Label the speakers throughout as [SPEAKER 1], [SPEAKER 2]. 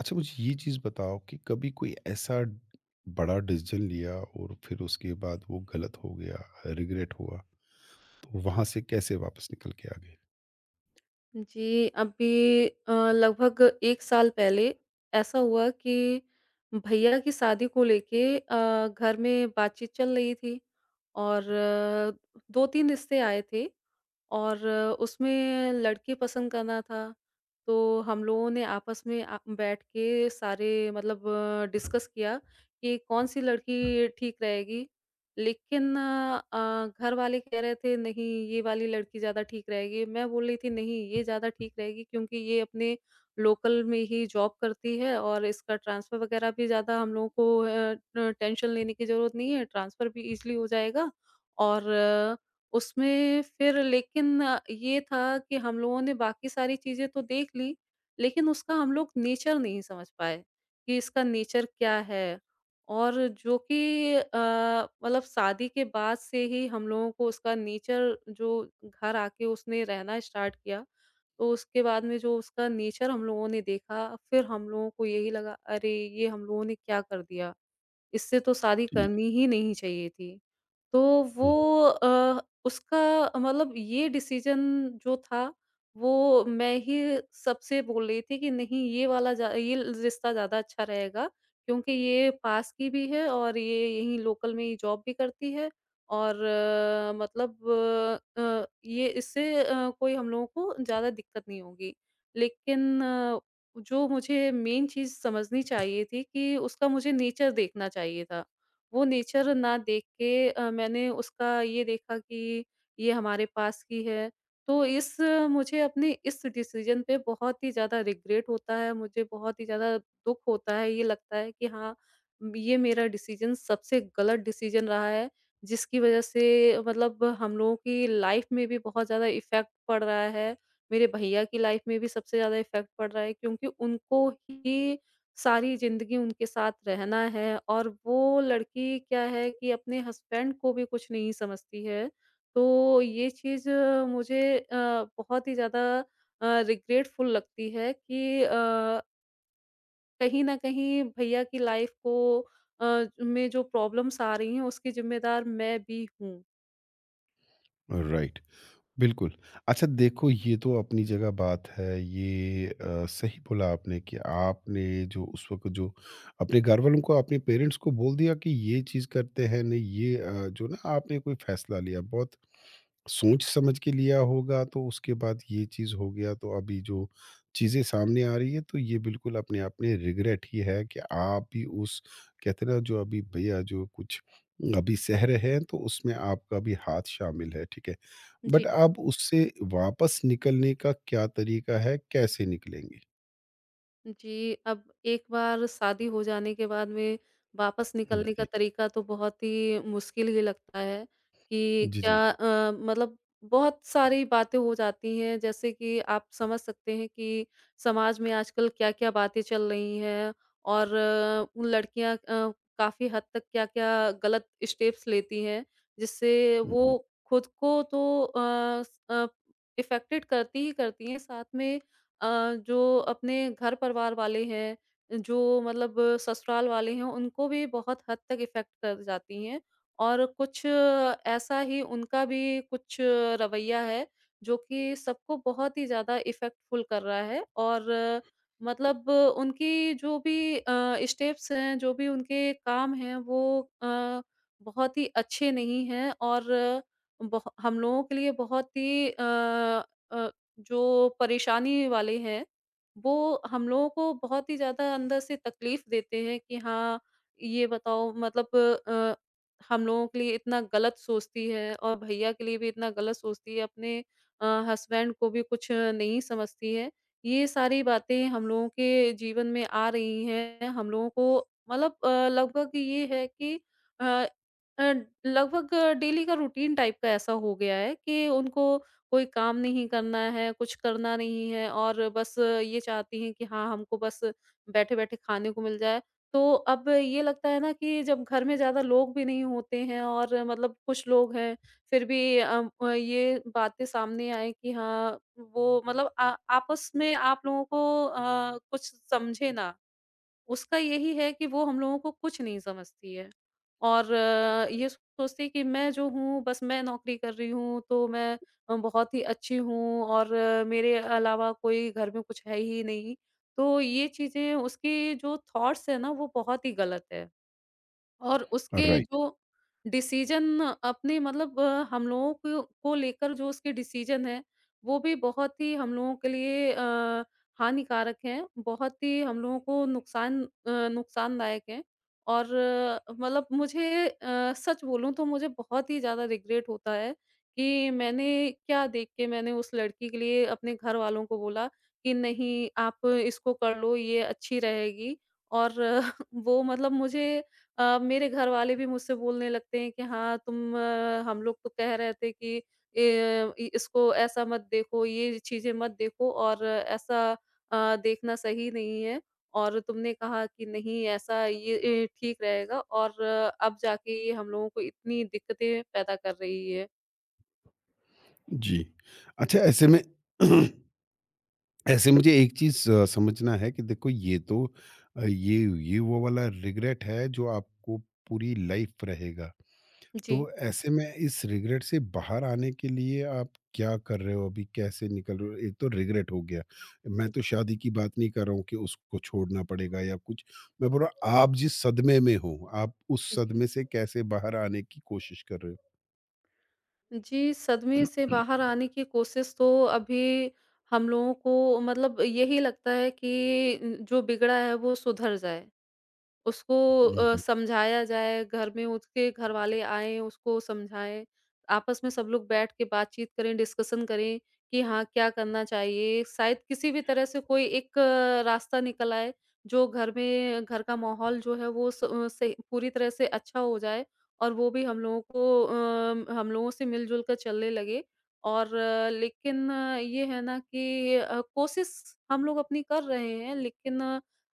[SPEAKER 1] अच्छा मुझे ये चीज़ बताओ कि कभी कोई ऐसा बड़ा डिसीजन लिया और फिर उसके बाद वो गलत हो गया, रिग्रेट हुआ, तो वहाँ से कैसे वापस निकल के आ गए?
[SPEAKER 2] जी, अभी लगभग 1 साल पहले ऐसा हुआ कि भैया की शादी को लेके घर में बातचीत चल रही थी और 2-3 रिश्ते आए थे और उसमें लड़की पसंद करना था। तो हम लोगों ने आपस में बैठ के सारे मतलब डिस्कस किया कि कौन-सी लड़की ठीक रहेगी। लेकिन घरवाले कह रहे थे नहीं ये वाली लड़की ज़्यादा ठीक रहेगी, मैं बोल रही थी नहीं ये ज़्यादा ठीक रहेगी क्योंकि ये अपने लोकल में ही जॉब करती है और इसका ट्रांसफ़र वग़ैरह भी ज़्यादा हम लोगों को अ, ट टेंशन लेने की ज़रूरत नहीं है, ट्रांसफ़र भी ईज़िली हो जाएगा। और उसमें फिर लेकिन ये था कि हम लोगों ने बाकी सारी चीज़ें तो देख ली, लेकिन उसका हम लोग नेचर नहीं समझ पाए, कि इसका नेचर क्या है? और जो कि मतलब शादी के बाद से ही हम लोगों को उसका नेचर जो घर आके उसने रहना स्टार्ट किया, तो उसके बाद में जो उसका नेचर हम लोगों ने देखा, फिर हम लोगों को यही लगा, "अरे! ये हम लोगों ने क्या कर दिया?" इससे तो शादी
[SPEAKER 1] जी।
[SPEAKER 2] करनी ही नहीं चाहिए थी। तो वो
[SPEAKER 1] हुँ,
[SPEAKER 2] अ, उसका मतलब ये डिसीज़न जो था, वो मैं ही सबसे बोल रही थी कि नहीं ये वाला ज़्या ये रिश्ता ज़्यादा अच्छा रहेगा क्योंकि ये पास की भी है और ये यहीं लोकल में ही जॉब भी करती है। और मतलब ये इससे कोई हम लोगों को ज़्यादा दिक्कत नहीं होगी। लेकिन जो मुझे मेन चीज़ समझनी चाहिए थी कि उसका मुझे नेचर देखना चाहिए था। वो नेचर ना देख के मैंने उसका ये देखा कि ये हमारे पास की है। तो इस मुझे अपने इस डिसीज़न पे बहुत ही ज़्यादा रिग्रेट होता है, मुझे बहुत ही ज़्यादा दुःख होता है। ये लगता है कि हाँ, ये मेरा डिसीज़न सबसे गलत डिसीज़न रहा है, जिसकी वज़ह से मतलब हम लोगों की लाइफ़ में भी बहुत ज़्यादा इफ़ेक्ट पड़ रहा है। मेरे भैया की लाइफ में भी सबसे ज़्यादा इफ़ेक्ट पड़ रहा है क्योंकि उनको ही सारी ज़िंदगी उनके साथ रहना है और वो लड़की क्या है कि अपने हस्बैंड को भी कुछ नहीं समझती है। तो ये चीज़ मुझे बहुत ही ज़्यादा रिग्रेटफुल लगती है कि कहीं न कहीं भैया की लाइफ को में जो प्रॉब्लम्स आ रही हैं उसकी ज़िम्मेदार मैं भी हूँ।
[SPEAKER 1] हुँ, राइट। बिल्कुल। अच्छा देखो ये तो अपनी जगह बात है, ये सही बोला आपने कि आपने जो उस वक़्त जो अपने घरवालों को, अपने पेरेंट्स को बोल दिया कि ये चीज़ करते हैं, नहीं ये जो ना आपने कोई फ़ैसला लिया बहुत सोच-समझ के लिया होगा तो उसके बाद ये चीज़ हो गया तो अभी जो चीज़ें सामने आ रही है तो ये बिल्कुल अपने आप में रिग्रेट ही है कि आप भी उस कहते हैं ना जो अभी भैया जो कुछ अभी सह रहे हैं तो उसमें आपका भी हाथ शामिल है, ठीक है।
[SPEAKER 2] जी।
[SPEAKER 1] बट आप उससे वापस निकलने का क्या तरीका है, कैसे निकलेंगे?
[SPEAKER 2] जी, अब एक बार शादी हो जाने के बाद में वापस निकलने का
[SPEAKER 1] जी,
[SPEAKER 2] तरीका तो बहुत ही मुश्किल ही लगता है कि
[SPEAKER 1] जी, जी।
[SPEAKER 2] मतलब बहुत सारी बातें हो जाती हैं, जैसे कि आप समझ सकते हैं कि समाज में आजकल क्या-क्या बातें चल रही हैं। और उन लड़कियाँ काफ़ी हद तक क्या-क्या गलत स्टेप्स लेती हैं, जिससे
[SPEAKER 1] हुँ,
[SPEAKER 2] वो
[SPEAKER 1] हुँ।
[SPEAKER 2] खुद को तो इफ़ेक्टेड करती ही करती हैं, साथ में अ, जो अपने घर परिवार वाले हैं, जो मतलब ससुराल वाले हैं, उनको भी बहुत हद तक इफ़ेक्ट कर जाती हैं। और कुछ ऐसा ही उनका भी कुछ रवैया है, जो कि सबको बहुत ही ज़्यादा इफ़ेक्टफुल कर रहा है। और मतलब उनकी जो भी स्टेप्स हैं, जो भी उनके काम हैं, वो बहुत ही अच्छे नहीं हैं और बहो हम लोगों के लिए बहुत ही अ, जो परेशानी वाले हैं, वो हम लोगों को बहुत ही ज़्यादा अंदर से तकलीफ़ देते हैं कि हाँ, ये बताओ अ, हम लोगों के लिए इतना गलत सोचती है और भैया के लिए भी इतना गलत सोचती है, अपने हस्बैंड को भी कुछ नहीं समझती है। ये सारी बातें हम लोगों के जीवन में आ रही हैं, हम लोगों को लगभग ये है कि अ अ, लगभग डेली का रूटीन टाइप का ऐसा हो गया है कि उनको कोई काम नहीं करना है, कुछ करना नहीं है और बस ये चाहती हैं कि हाँ, हमको बस बैठे-बैठे खाने को मिल जाए। तो अब ये लगता है ना कि जब घर में ज़्यादा लोग भी नहीं होते हैं और मतलब कुछ लोग हैं, फिर भी ये बातें सामने आए कि हाँ, वो मतलब आ आपस में आप लोगों को कुछ समझे ना। उसका यही है कि वो हम लोगों को कुछ नहीं समझती है और ये सोचती है कि मैं जो हूँ बस मैं नौकरी कर रही हूँ तो मैं बहुत ही अच्छी हूँ और मेरे अलावा कोई घर में कुछ है ही नहीं। तो ये चीज़ें उसकी जो थॉट्स है ना वो बहुत ही गलत है। और उसके
[SPEAKER 1] राइट,
[SPEAKER 2] जो डिसीज़न अपने हम लोगों को लेकर जो उसके डिसीज़न हैं, वो भी बहुत ही हम लोगों के लिए हानिकारक हैं, बहुत ही हम लोगों को नुकसानदायक हैं। और मतलब मुझे सच बोलूँ तो मुझे बहुत ही ज़्यादा रिग्रेट होता है कि मैंने क्या देख के मैंने उस लड़की के लिए अपने घरवालों को बोला कि नहीं आप इसको कर लो, ये अच्छी रहेगी। और वो मतलब मेरे घरवाले भी मुझसे बोलने लगते हैं कि हाँ हम लोग तो कह रहे थे कि इसको ऐसा मत देखो, ये चीजें मत देखो और ऐसा देखना सही नहीं है और तुमने कहा कि नहीं ऐसा ये ठीक रहेगा और अब जाके ये हम लोगों को इतनी दिक्कतें पैदा कर रही है।
[SPEAKER 1] जी। अच्छा ऐसे में ऐसे मुझे एक चीज़ स समझना है कि देखो ये तो अ, ये ये वो वाला रिग्रेट है जो आपको पूरी लाइफ़ रहेगा।
[SPEAKER 2] जी
[SPEAKER 1] तो ऐसे में इस रिग्रेट से बाहर आने के लिए आप क्या कर रहे हो अभी? कैसे निकल रहे हो? एक तो रिग्रेट हो गया। मैं
[SPEAKER 2] जी
[SPEAKER 1] तो शादी की बात नहीं कर रहा हूँ कि उसको छोड़ना पड़ेगा या कुछ। मैं बोल रहा हूँ आप जिस सदमे में हो, आप उस
[SPEAKER 2] जी
[SPEAKER 1] सदमे से कैसे बाहर आने की कोशिश कर रहे हो?
[SPEAKER 2] जी, सदमे से बाहर आने की कोशिश तो अभी हम लोगों को मतलब यही लगता है कि जो बिगड़ा है वो सुधर जाए, उसको
[SPEAKER 1] हुँ, हुँ।
[SPEAKER 2] समझाया जाए, घर में उसके घरवाले आएँ, उसको समझाएँ, आपस में सब लोग बैठ के बातचीत करें, डिस्कशन करें कि हाँ, क्या करना चाहिए? शायद किसी भी तरह से कोई एक रास्ता निकल आए, जो घर में घर का माहौल जो है वो सही पूरी तरह से अच्छा हो जाए और वो भी हम लोगों को हम लोगों से मिल-जुल कर चलने लगे। और लेकिन ये है ना कि कोशिश हम लोग अपनी कर रहे हैं लेकिन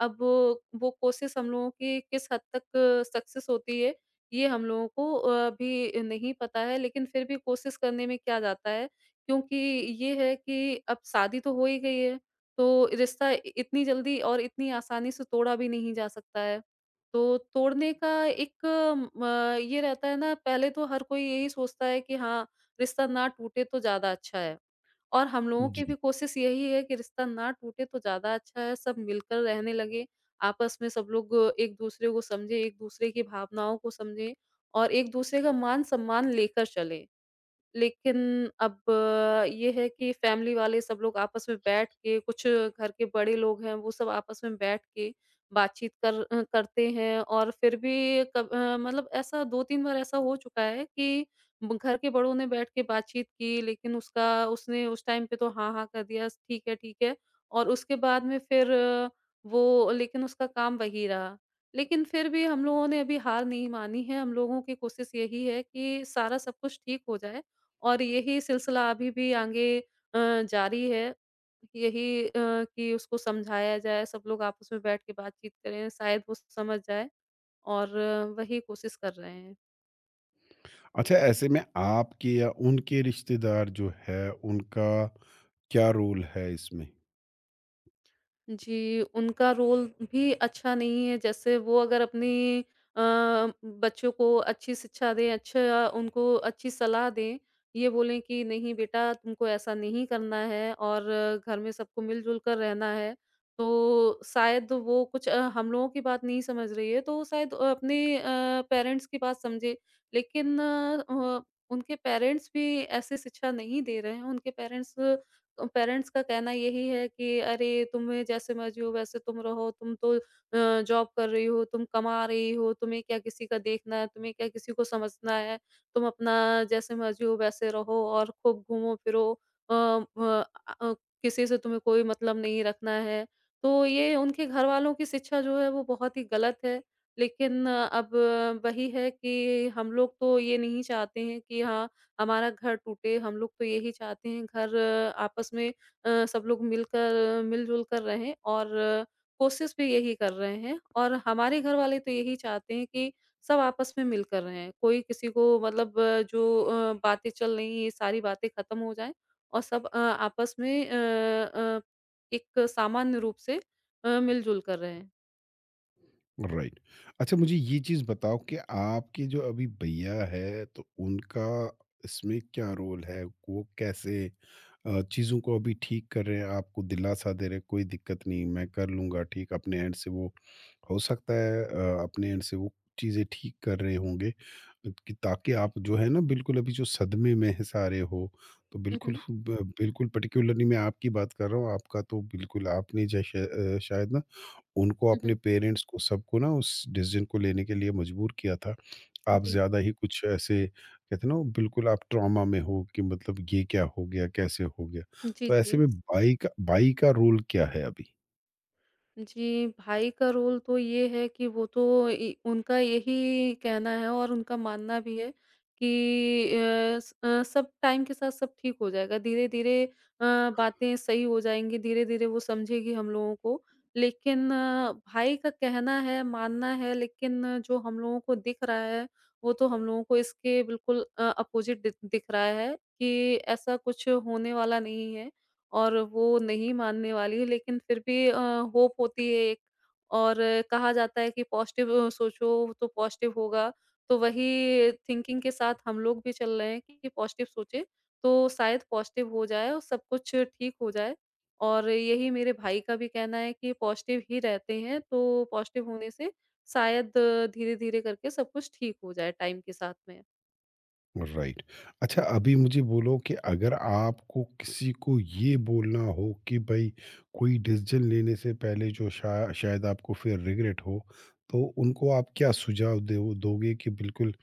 [SPEAKER 2] अब वो कोशिश हम लोगों की किस हद तक सक्सेस होती है, ये हम लोगों को अभी नहीं पता है, लेकिन फिर भी कोशिश करने में क्या जाता है, क्योंकि ये है कि अब शादी तो हो ही गई है, तो रिश्ता इ इतनी जल्दी और इतनी आसानी से तोड़ा भी नहीं जा सकता है। तो तोड़ने का एक म ये रहता है ना, पहले तो हर कोई यही सोचता है कि हाँ, रिश्ता ना टूटे तो ज़्यादा अच्छा है। और हम लोगों की भी
[SPEAKER 1] जी।
[SPEAKER 2] कोशिश यही है कि रिश्ता ना टूटे तो ज़्यादा अच्छा है, सब मिलकर रहने लगे, आपस में सब लोग एक-दूसरे को समझें, एक-दूसरे की भावनाओं को समझें और एक-दूसरे का मान-सम्मान लेकर चलें। लेकिन अब ये है कि फैमिली वाले सब लोग आपस में बैठ के कुछ घर के बड़े लोग हैं, वो सब आपस में बैठ के करते हैं और फिर भी मतलब ऐसा 2-3 बार ऐसा हो चुका है कि ब घर के बड़ों ने बैठ के बातचीत की, लेकिन उसका उसने उस टाइम पे तो हाँ, हाँ कर दिया, ठीक है, ठीक है। और उसके बाद में फिर अ, वो लेकिन उसका काम वही रहा। लेकिन फिर भी हम लोगों ने अभी हार नहीं मानी है, हम लोगों की कोशिश यही है कि सारा सब कुछ ठीक हो जाए। और यही सिलसिला अभी भी आगे अ, जारी है। यही कि उसको समझाया जाए, सब लोग आपस में बैठ के बातचीत करें, शायद वो समझ जाए और वही कोशिश कर रहे हैं।
[SPEAKER 1] अच्छा ऐसे में आपके या उनके रिश्तेदार जो है, उनका क्या रोल है इसमें?
[SPEAKER 2] जी, उनका रोल भी अच्छा नहीं है, जैसे वो अगर अपनी अ, बच्चों को अच्छी शिक्षा दें, अच्छा उनको अच्छी सलाह दें, ये बोलें कि नहीं बेटा तुमको ऐसा नहीं करना है और घर में सबको मिल-जुल कर रहना है, तो शायद वो कुछ हम लोगों की बात नहीं समझ रही है, तो शायद अपने पेरेंट्स की बात समझे। लेकिन उनके पेरेंट्स भी ऐसी शिक्षा नहीं दे रहे हैं, उनके पेरेंट्स तो पेरेंट्स का कहना यही है कि अरे तुम्हें जैसे मर्जी हो वैसे तुम रहो, जॉब कर रही हो, तुम कमा रही हो, तुम्हें क्या किसी का देखना है, तुम्हें क्या किसी को समझना है, तुम अपना जैसे मर्जी हो वैसे रहो और खूब घूमो फिरो, अ, व अ अ, किसी से तुम्हें कोई मतलब नहीं रखना है। तो ये उनके घरवालों की शिक्षा जो है वो बहुत ही गलत है। लेकिन अब वही है कि हम लोग तो ये नहीं चाहते हैं कि हाँ हमारा घर टूटे, हम लोग तो यही चाहते हैं घर आपस में सब लोग मिलकर मिलजुल कर रहें। और कोशिश भी यही कर रहे हैं और हमारे घर वाले तो यही चाहते हैं कि सब आपस में मिलकर रहें, कोई किसी को जो बातें चल रही हैं ये सारी बातें खत्म हो जाएं और सब आपस में अ, एक सामान्य रूप से मिलजुल कर रहे हैं।
[SPEAKER 1] राइट। अच्छा मुझे ये चीज़ बताओ कि आपके जो अभी भैया है, तो उनका इसमें क्या रोल है? वो कैसे चीज़ों को अभी ठीक कर रहे हैं, आपको दिलासा दे रहे हैं, कोई दिक्कत नहीं, मैं कर लूँगा ठीक, अपने एंड से वो हो सकता है अपने एंड से वो चीज़ें ठीक कर रहे होंगे कि ताकि आप जो है ना बिल्कुल अभी जो सदमे में हैं सारे हो, तो
[SPEAKER 2] हुँ,
[SPEAKER 1] बिल्कुल
[SPEAKER 2] हुँ,
[SPEAKER 1] ब बिल्कुल पर्टिकुलरली मैं आपकी बात कर रहा हूँ, आपका तो बिल्कुल आपने जैसे शायद ना उनको
[SPEAKER 2] हुँ,
[SPEAKER 1] अपने
[SPEAKER 2] हुँ।
[SPEAKER 1] पेरेंट्स को सबको ना उस डिसीज़न को लेने के लिए मजबूर किया था। आप ज़्यादा ही कुछ ऐसे कहते हैं ना बिल्कुल आप ट्रॉमा में हो कि मतलब ये क्या हो गया? कैसे हो गया?
[SPEAKER 2] जी, जी,
[SPEAKER 1] तो ऐसे
[SPEAKER 2] जी।
[SPEAKER 1] में बाई का रोल क्या है अभी?
[SPEAKER 2] जी, भाई का रोल तो ये है कि वो तो इ उनका यही कहना है और उनका मानना भी है कि सब टाइम के साथ सब ठीक हो जाएगा। धीरे-धीरे अ, बातें सही हो जाएँगी, धीरे-धीरे वो समझेगी हम लोगों को। लेकिन भाई का कहना है, मानना है लेकिन जो हम लोगों को दिख रहा है, वो तो हम लोगों को इसके बिल्कुल अ, अपोज़िट दि दिख रहा है कि ऐसा कुछ होने वाला नहीं है। और वो नहीं मानने वाली लेकिन फिर भी होप होती है एक। और कहा जाता है कि पॉजिटिव सोचो तो पॉजिटिव होगा। तो वही थिंकिंग के साथ हम लोग भी चल रहे हैं कि पॉजिटिव सोचें, तो शायद पॉजिटिव हो जाए और सब कुछ ठीक हो जाए। और यही मेरे भाई का भी कहना है कि पॉजिटिव ही रहते हैं, तो पॉजिटिव होने से शायद धीरे-धीरे करके सब कुछ ठीक हो जाए टाइम के साथ में।
[SPEAKER 1] राइट। अच्छा अभी मुझे बोलो कि अगर आपको किसी को ये बोलना हो कि भाई कोई डिसीज़न लेने से पहले जो शा शायद आपको फिर रिग्रेट हो, तो उनको आप क्या सुझाव दो दोगे कि बिल्कुल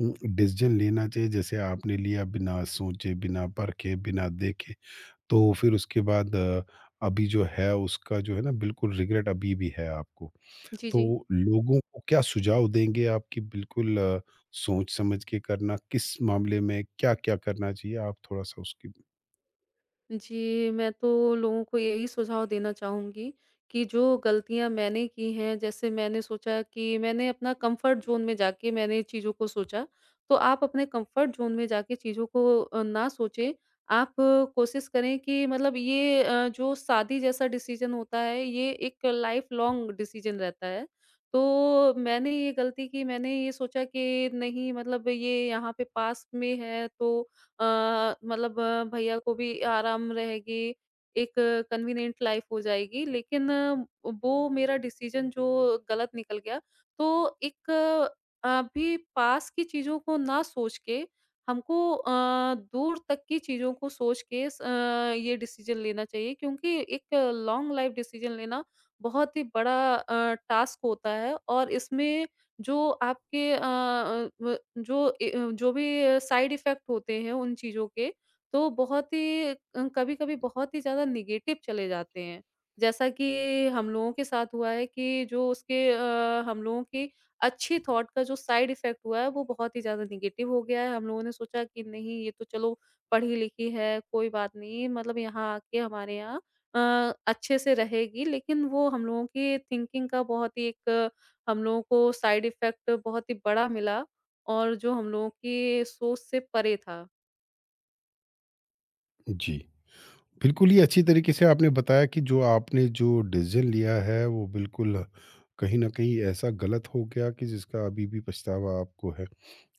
[SPEAKER 1] डिसीज़न लेना चाहिए जैसे आपने लिया बिना सोचे, बिना परखे, बिना देखे, तो फिर उसके बाद अभी जो है उसका जो है ना बिल्कुल रिग्रेट अभी भी है आपको?
[SPEAKER 2] जी,
[SPEAKER 1] तो
[SPEAKER 2] जी।
[SPEAKER 1] लोगों को क्या सुझाव देंगे आप कि बिल्कुल सोच समझ के करना, किस मामले में क्या-क्या करना चाहिए? आप थोड़ा-सा उसकी
[SPEAKER 2] जी, मैं तो लोगों को यही सुझाव देना चाहूँगी कि जो गलतियाँ मैंने की हैं, जैसे मैंने सोचा कि मैंने अपना कम्फ़र्ट ज़ोन में जाके मैंने चीज़ों को सोचा, तो आप अपने कम्फ़र्ट ज़ोन में जाके चीज़ों को ना सोचें। आप कोशिश करें कि मतलब ये जो शादी जैसा डिसीज़न होता है, ये एक लाइफ़ लॉन्ग डिसीज़न रहता है। तो मैंने ये गलती की, मैंने ये सोचा कि नहीं मतलब ये यहाँ पे पास में है तो भैया को भी आराम रहेगी, एक कन्वीनिएंट लाइफ़ हो जाएगी। लेकिन वो मेरा डिसीज़न जो गलत निकल गया, तो अभी पास की चीज़ों को ना सोच के, हमको दूर तक की चीज़ों को सोच के ये डिसीज़न लेना चाहिए क्योंकि एक लॉन्ग लाइफ़ डिसीज़न लेना बहुत ही बड़ा टास्क होता है और इसमें जो आपके अ अ, व जो ए अ, जो भी साइड इफ़ेक्ट होते हैं उन चीज़ों के, तो कभी-कभी बहुत ही ज़्यादा नेगेटिव चले जाते हैं। जैसा कि हम लोगों के साथ हुआ है कि जो हम लोगों की अच्छी थॉट का जो साइड इफ़ेक्ट हुआ है, वो बहुत ही ज़्यादा नेगेटिव हो गया है। हम लोगों ने सोचा कि नहीं ये तो चलो पढ़ी-लिखी है, कोई बात नहीं मतलब यहाँ आके हमारे यहाँ अ, अच्छे से रहेगी। लेकिन वो हम लोगों की थिंकिंग का बहुत ही एक हम लोगों को साइड इफ़ेक्ट बहुत ही बड़ा मिला और जो हम लोगों की सोच से परे था।
[SPEAKER 1] जी। बिल्कुल ही अच्छी तरीके से आपने बताया कि जो आपने जो डिसीज़न लिया है, वो बिल्कुल कहीं न कहीं ऐसा गलत हो गया कि जिसका अभी भी पछतावा आपको है।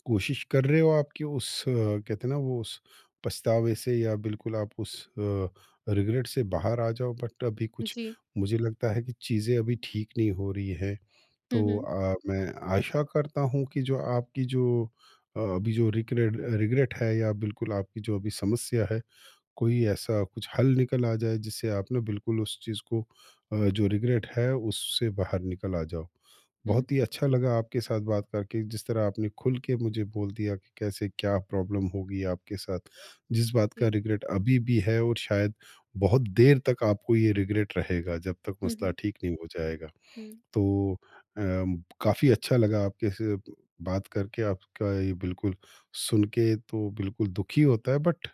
[SPEAKER 1] कोशिश कर रहे हो आपकी उस कहते हैं ना वो उस पछतावे से या बिल्कुल आप उस रिग्रेट से बाहर आ जाओ बट अभी कुछ
[SPEAKER 2] जी।
[SPEAKER 1] मुझे लगता है कि चीज़ें अभी ठीक नहीं हो रही है
[SPEAKER 2] हुँ,
[SPEAKER 1] तो
[SPEAKER 2] हुँ,
[SPEAKER 1] मैं आशा करता हूँ कि जो आपकी जो अभी जो रिग्रेट रिग्रेट है या बिल्कुल आपकी जो अभी समस्या है कोई ऐसा कुछ हल निकल आ जाए जिससे आप ना बिल्कुल उस चीज़ को जो रिग्रेट है उससे बाहर निकल आ जाओ।
[SPEAKER 2] हुँ।
[SPEAKER 1] बहुत ही अच्छा लगा आपके साथ बात करके जिस तरह आपने खुल के मुझे बोल दिया कि कैसे क्या प्रॉब्लम होगी आपके साथ। जिस बात का
[SPEAKER 2] जी।
[SPEAKER 1] रिग्रेट अभी भी है और शायद बहुत देर तक आपको ये रिग्रेट रहेगा जब तक
[SPEAKER 2] हुँ,
[SPEAKER 1] मसला
[SPEAKER 2] हुँ,
[SPEAKER 1] ठीक नहीं हो जाएगा।
[SPEAKER 2] हुँ,
[SPEAKER 1] तो अ, काफ़ी अच्छा लगा आपके से बात करके आपका ये बिल्कुल सुन के तो बिल्कुल दुखी होता है बट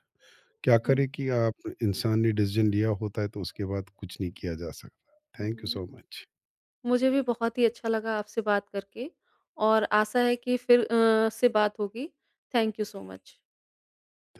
[SPEAKER 1] क्या
[SPEAKER 2] हुँ,
[SPEAKER 1] करें कि आप इंसान ने डिसीजन लिया होता है तो उसके बाद कुछ नहीं किया जा सकता। थैंक यू
[SPEAKER 2] हुँ।
[SPEAKER 1] So much.
[SPEAKER 2] मुझे भी बहुत ही अच्छा लगा आपसे बात करके और आशा है कि फिर से बात होगी। Thank you so much.